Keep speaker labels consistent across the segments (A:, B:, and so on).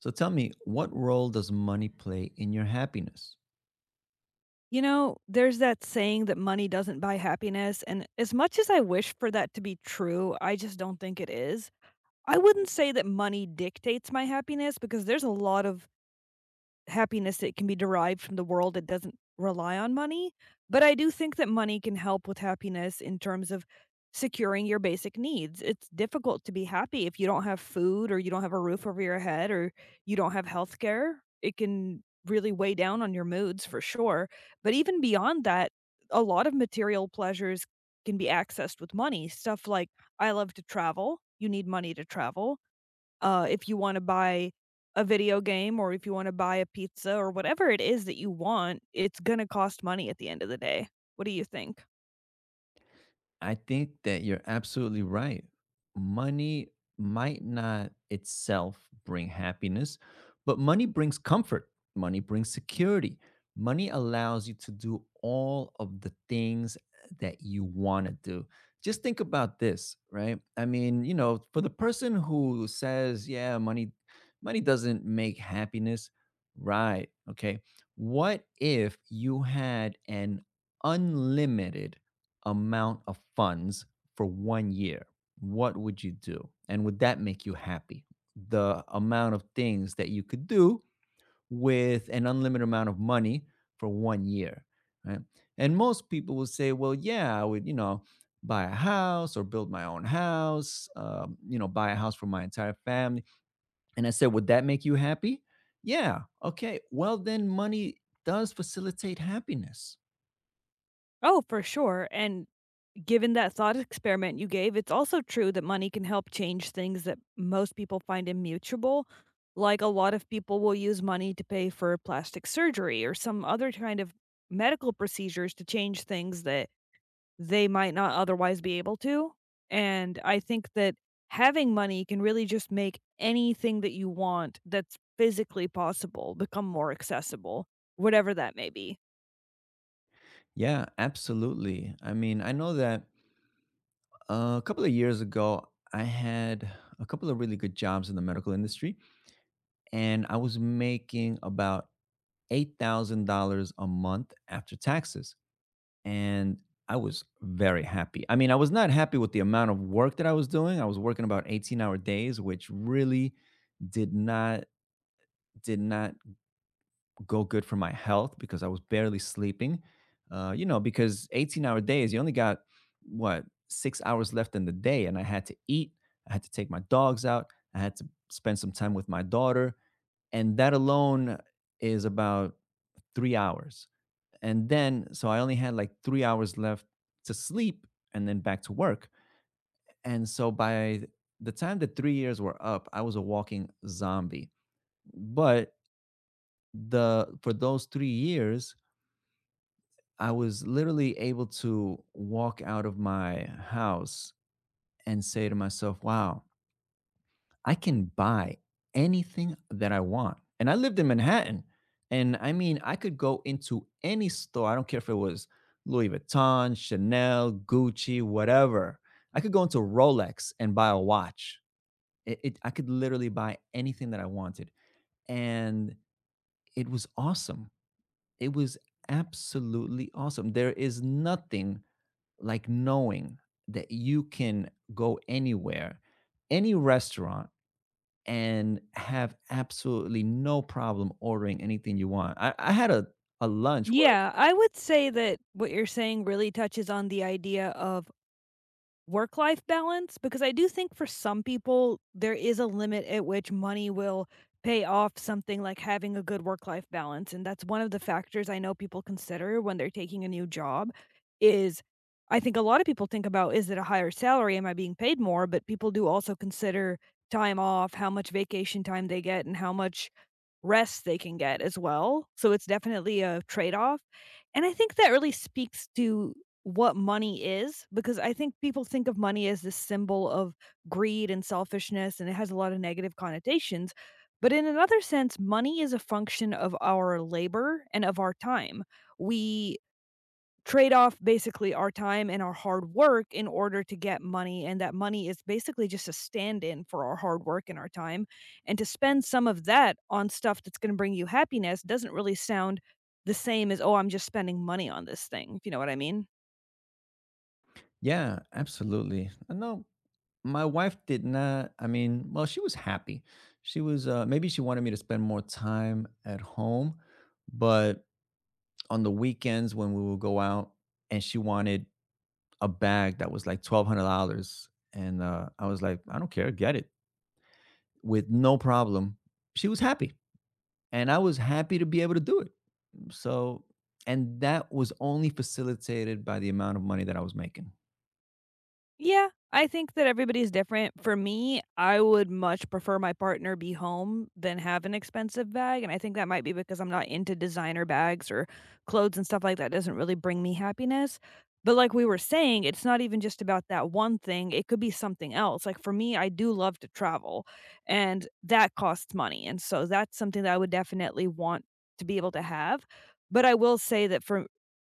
A: So tell me, what role does money play in your happiness?
B: You know, there's that saying that money doesn't buy happiness, and as much as I wish for that to be true, I just don't think it is. I wouldn't say that money dictates my happiness because there's a lot of happiness that can be derived from the world that doesn't rely on money. But I do think that money can help with happiness in terms of securing your basic needs. It's difficult to be happy if you don't have food or you don't have a roof over your head or you don't have health care. It can really weigh down on your moods for sure. But even beyond that, a lot of material pleasures can be accessed with money. Stuff like I love to travel. You need money to travel if you want to buy a video game or if you want to buy a pizza or whatever it is that you want, it's going to cost money at the end of the day. What do you think?
A: I think that you're absolutely right. Money might not itself bring happiness, but money brings comfort. Money brings security. Money allows you to do all of the things that you want to do. Just think about this, right? I mean, you know, for the person who says, yeah, money doesn't make happiness, right? Okay. What if you had an unlimited amount of funds for 1 year, what would you do? And would that make you happy? The amount of things that you could do with an unlimited amount of money for 1 year, right? And most people will say, well, yeah, I would, buy a house or build my own house, buy a house for my entire family. And I said, would that make you happy? Yeah. Okay. Well, then money does facilitate happiness.
B: Oh, for sure. And given that thought experiment you gave, it's also true that money can help change things that most people find immutable. Like a lot of people will use money to pay for plastic surgery or some other kind of medical procedures to change things that they might not otherwise be able to, and I think that having money can really just make anything that you want that's physically possible become more accessible, whatever that may be.
A: Yeah, absolutely. I mean, I know that a couple of years ago, I had a couple of really good jobs in the medical industry, and I was making about $8,000 a month after taxes. And I was very happy. I mean, I was not happy with the amount of work that I was doing. I was working about 18-hour days, which really did not did not go good for my health because I was barely sleeping. Because 18-hour days, you only got what 6 hours left in the day, and I had to eat, I had to take my dogs out, I had to spend some time with my daughter, and that alone is about 3 hours. And then, so I only had like 3 hours left to sleep and then back to work. And so by the time the 3 years were up, I was a walking zombie. But the for those 3 years, I was literally able to walk out of my house and say to myself, wow, I can buy anything that I want. And I lived in Manhattan. And I mean, I could go into any store. I don't care if it was Louis Vuitton, Chanel, Gucci, whatever. I could go into Rolex and buy a watch. I could literally buy anything that I wanted. And it was awesome. It was absolutely awesome. There is nothing like knowing that you can go anywhere, any restaurant, and have absolutely no problem ordering anything you want. I had a lunch where,
B: Yeah, I would say that what you're saying really touches on the idea of work life balance, because I do think for some people there is a limit at which money will pay off something like having a good work life balance, and that's one of the factors I know people consider when they're taking a new job. Is, I think a lot of people think about, is it a higher salary, am I being paid more? But people do also consider time off, how much vacation time they get, and how much rest they can get as well. So it's definitely a trade-off, and I think that really speaks to what money is, because I think people think of money as this symbol of greed and selfishness, and it has a lot of negative connotations. But in another sense, money is a function of our labor and of our time. We trade off basically our time and our hard work in order to get money, and that money is basically just a stand-in for our hard work and our time, and to spend some of that on stuff that's going to bring you happiness doesn't really sound the same as, oh, I'm just spending money on this thing, if you know what I mean.
A: yeah, absolutely. No, my wife did not. I mean, well, she was happy. She was, maybe she wanted me to spend more time at home, but on the weekends when we would go out and she wanted a bag that was like $1,200. And I was like, I don't care, get it with no problem. She was happy, and I was happy to be able to do it. So, and that was only facilitated by the amount of money that I was making.
B: Yeah, I think that everybody's different. For me, I would much prefer my partner be home than have an expensive bag, and I think that might be because I'm not into designer bags or clothes, and stuff like that doesn't really bring me happiness. But like we were saying, it's not even just about that one thing. It could be something else. Like for me, I do love to travel and that costs money. And so that's something that I would definitely want to be able to have. But I will say that for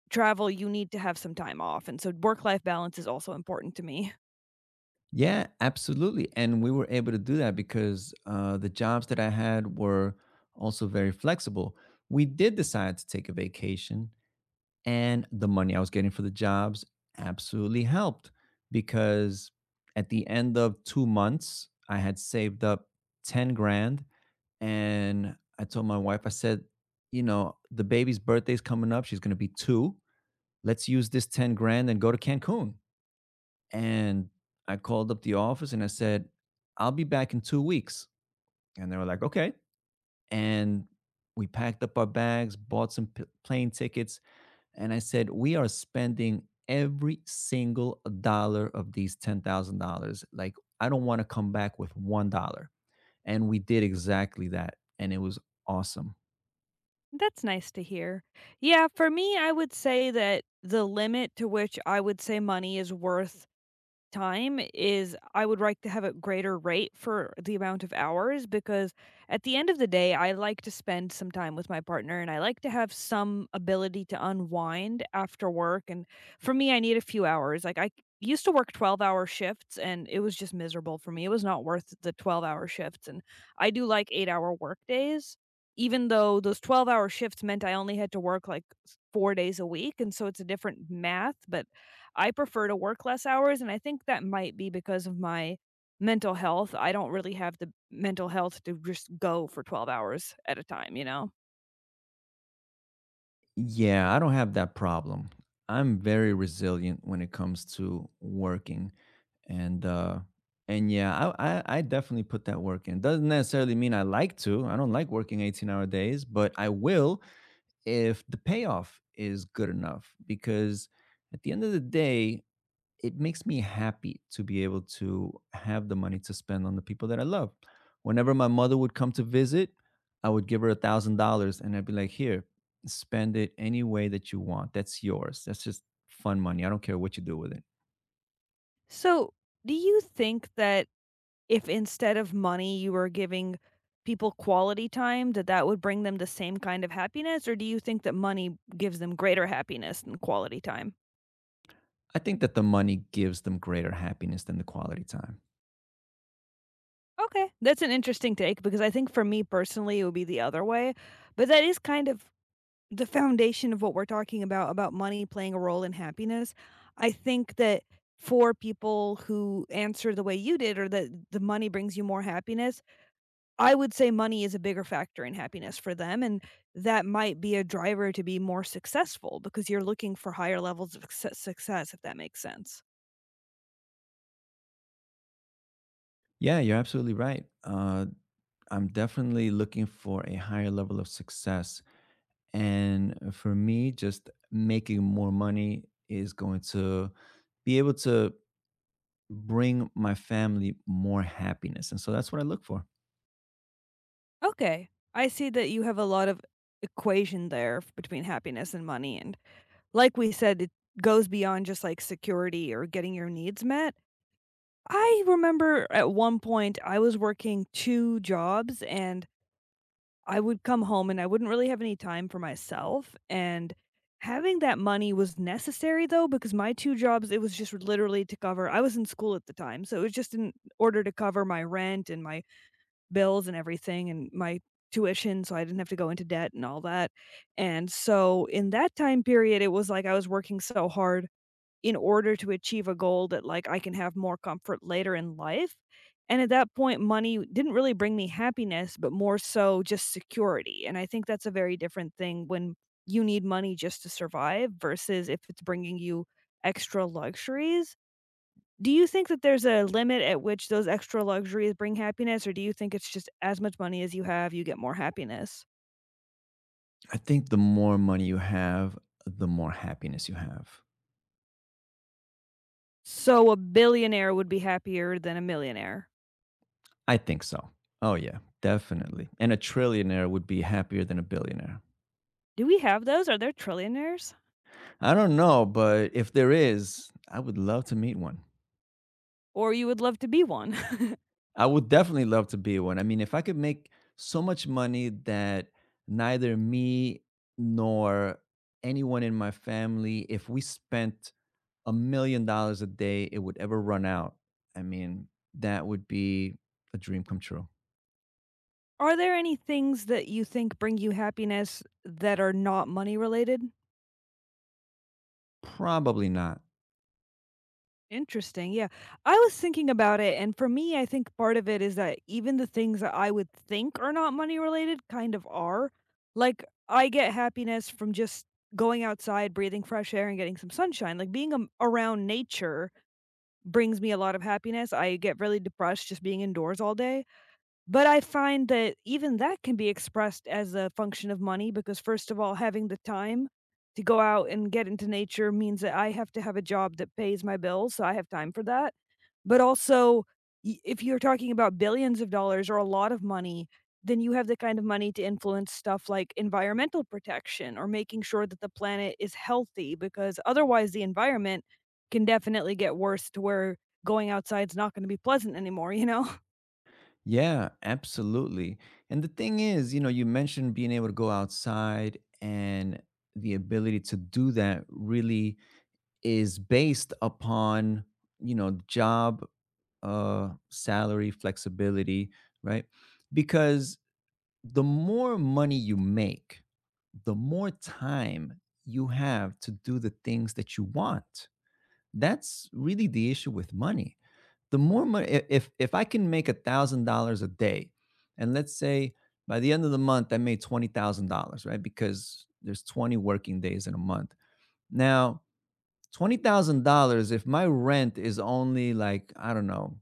B: travel, you need to have some time off. And so work life balance is also important to me.
A: Yeah, absolutely. And we were able to do that because the jobs that I had were also very flexible. We did decide to take a vacation, and the money I was getting for the jobs absolutely helped because at the end of 2 months, I had saved up 10 grand. And I told my wife, I said, the baby's birthday's coming up. She's going to be 2. Let's use this 10 grand and go to Cancun. And I called up the office and I said, I'll be back in 2 weeks. And they were like, okay. And we packed up our bags, bought some plane tickets, and I said, we are spending every single dollar of these $10,000. Like, I don't want to come back with $1. And we did exactly that. And it was awesome.
B: That's nice to hear. Yeah, for me, I would say that the limit to which I would say money is worth time is I would like to have a greater rate for the amount of hours, because at the end of the day, I like to spend some time with my partner and I like to have some ability to unwind after work. And for me, I need a few hours. Like I used to work 12-hour shifts and it was just miserable for me. It was not worth the 12-hour shifts. And I do like 8 hour work days. Even though those 12-hour shifts meant I only had to work like four days a week. And so it's a different math, but I prefer to work less hours, and I think that might be because of my mental health. I don't really have the mental health to just go for 12 hours at a time, you know?
A: Yeah, I don't have that problem. I'm very resilient when it comes to working. And, uh, and yeah, I definitely put that work in. Doesn't necessarily mean I like to. I don't like working 18-hour days, but I will if the payoff is good enough, because at the end of the day, it makes me happy to be able to have the money to spend on the people that I love. Whenever my mother would come to visit, I would give her $1,000, and I'd be like, here, spend it any way that you want. That's yours. That's just fun money. I don't care what you do with it.
B: So, do you think that if instead of money you were giving people quality time, that that would bring them the same kind of happiness? Or do you think that money gives them greater happiness than quality time?
A: I think that the money gives them greater happiness than the quality time.
B: Okay. That's an interesting take, because I think for me personally, it would be the other way. But that is kind of the foundation of what we're talking about money playing a role in happiness. I think that for people who answer the way you did, or that the money brings you more happiness, I would say money is a bigger factor in happiness for them, and that might be a driver to be more successful because you're looking for higher levels of success, success, if that makes sense.
A: Yeah, you're absolutely right. I'm definitely looking for a higher level of success. And for me, just making more money is going to be able to bring my family more happiness. And so that's what I look for.
B: Okay. I see that you have a lot of equation there between happiness and money. And like we said, it goes beyond just like security or getting your needs met. I remember at one point I was working 2 jobs, and I would come home and I wouldn't really have any time for myself. And having that money was necessary though, because my 2 jobs, it was just literally to cover, I was in school at the time. So it was just in order to cover my rent and my bills and everything and my tuition, so I didn't have to go into debt and all that, and so in that time period, it was like I was working so hard in order to achieve a goal that, like, I can have more comfort later in life, and at that point, money didn't really bring me happiness, but more so just security, and I think that's a very different thing when you need money just to survive versus if it's bringing you extra luxuries. Do you think that there's a limit at which those extra luxuries bring happiness, or do you think it's just as much money as you have, you get more happiness?
A: I think the more money you have, the more happiness you have.
B: So a billionaire would be happier than a millionaire.
A: I think so. Oh, yeah, definitely. And a trillionaire would be happier than a billionaire.
B: Do we have those? Are there trillionaires?
A: I don't know, but if there is, I would love to meet one.
B: Or you would love to be one?
A: I would definitely love to be one. I mean, if I could make so much money that neither me nor anyone in my family, if we spent $1 million a day, it would ever run out. I mean, that would be a dream come true.
B: Are there any things that you think bring you happiness that are not money related?
A: Probably not.
B: Interesting. Yeah. I was thinking about it. And for me, I think part of it is that even the things that I would think are not money related kind of are. Like, I get happiness from just going outside, breathing fresh air, and getting some sunshine. Like, being around nature brings me a lot of happiness. I get really depressed just being indoors all day. But I find that even that can be expressed as a function of money because, first of all, having the time to go out and get into nature means that I have to have a job that pays my bills, so I have time for that. But also, y if you're talking about billions of dollars or a lot of money, then you have the kind of money to influence stuff like environmental protection or making sure that the planet is healthy, because otherwise the environment can definitely get worse to where going outside's not gonna be pleasant anymore, you know?
A: Yeah, absolutely. And the thing is, you mentioned being able to go outside, and the ability to do that really is based upon, job, salary, flexibility, right? Because the more money you make, the more time you have to do the things that you want. That's really the issue with money. The more money, if I can make $1,000 a day, and let's say by the end of the month I made $20,000, right? Because there's 20 working days in a month. Now, $20,000, if my rent is only like, I don't know,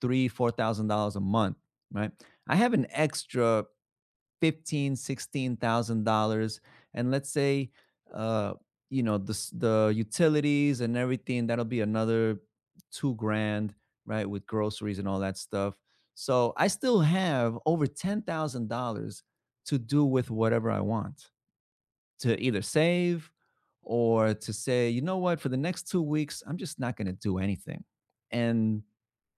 A: three, $4,000 a month, right? I have an extra 15, $16,000, and let's say, uh, the the utilities and everything, that'll be another 2 grand, right, with groceries and all that stuff. So I still have over $10,000 to do with whatever I want, to either save or to say, you know what, for the next 2 weeks, I'm just not going to do anything. And,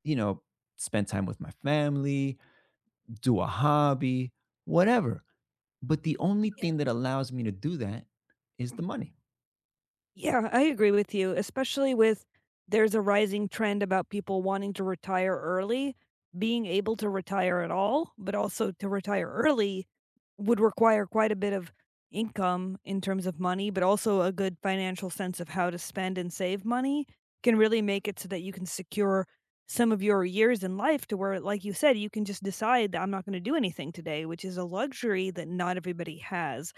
A: you know, spend time with my family, do a hobby, whatever. But the only thing that allows me to do that is the money.
B: Yeah, I agree with you, especially with there's a rising trend about people wanting to retire early. Being able to retire at all, but also to retire early would require quite a bit of income in terms of money, but also a good financial sense of how to spend and save money can really make it so that you can secure some of your years in life to where, like you said, you can just decide that I'm not going to do anything today, which is a luxury that not everybody has.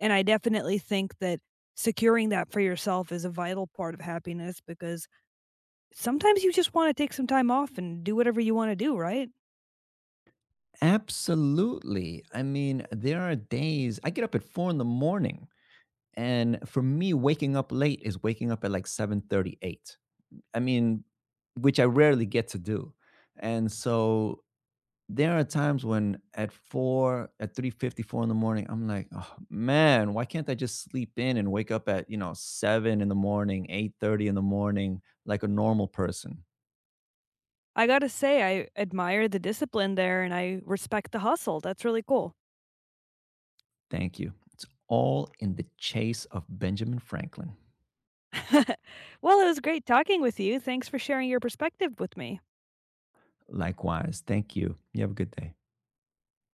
B: And I definitely think that securing that for yourself is a vital part of happiness, because sometimes you just want to take some time off and do whatever you want to do, right?
A: Absolutely. I mean, there are days I get up at 4 in the morning. And for me, waking up late is waking up at like 7:38. I mean, which I rarely get to do. And so there are times when at 4, at 3:54 in the morning, I'm like, "Oh, man, why can't I just sleep in and wake up at, 7 in the morning, 8:30 in the morning like a normal person?"
B: I got to say, I admire the discipline there and I respect the hustle. That's really cool.
A: Thank you. It's all in the chase of Benjamin Franklin.
B: Well, it was great talking with you. Thanks for sharing your perspective with me.
A: Likewise, thank you. You have a good day.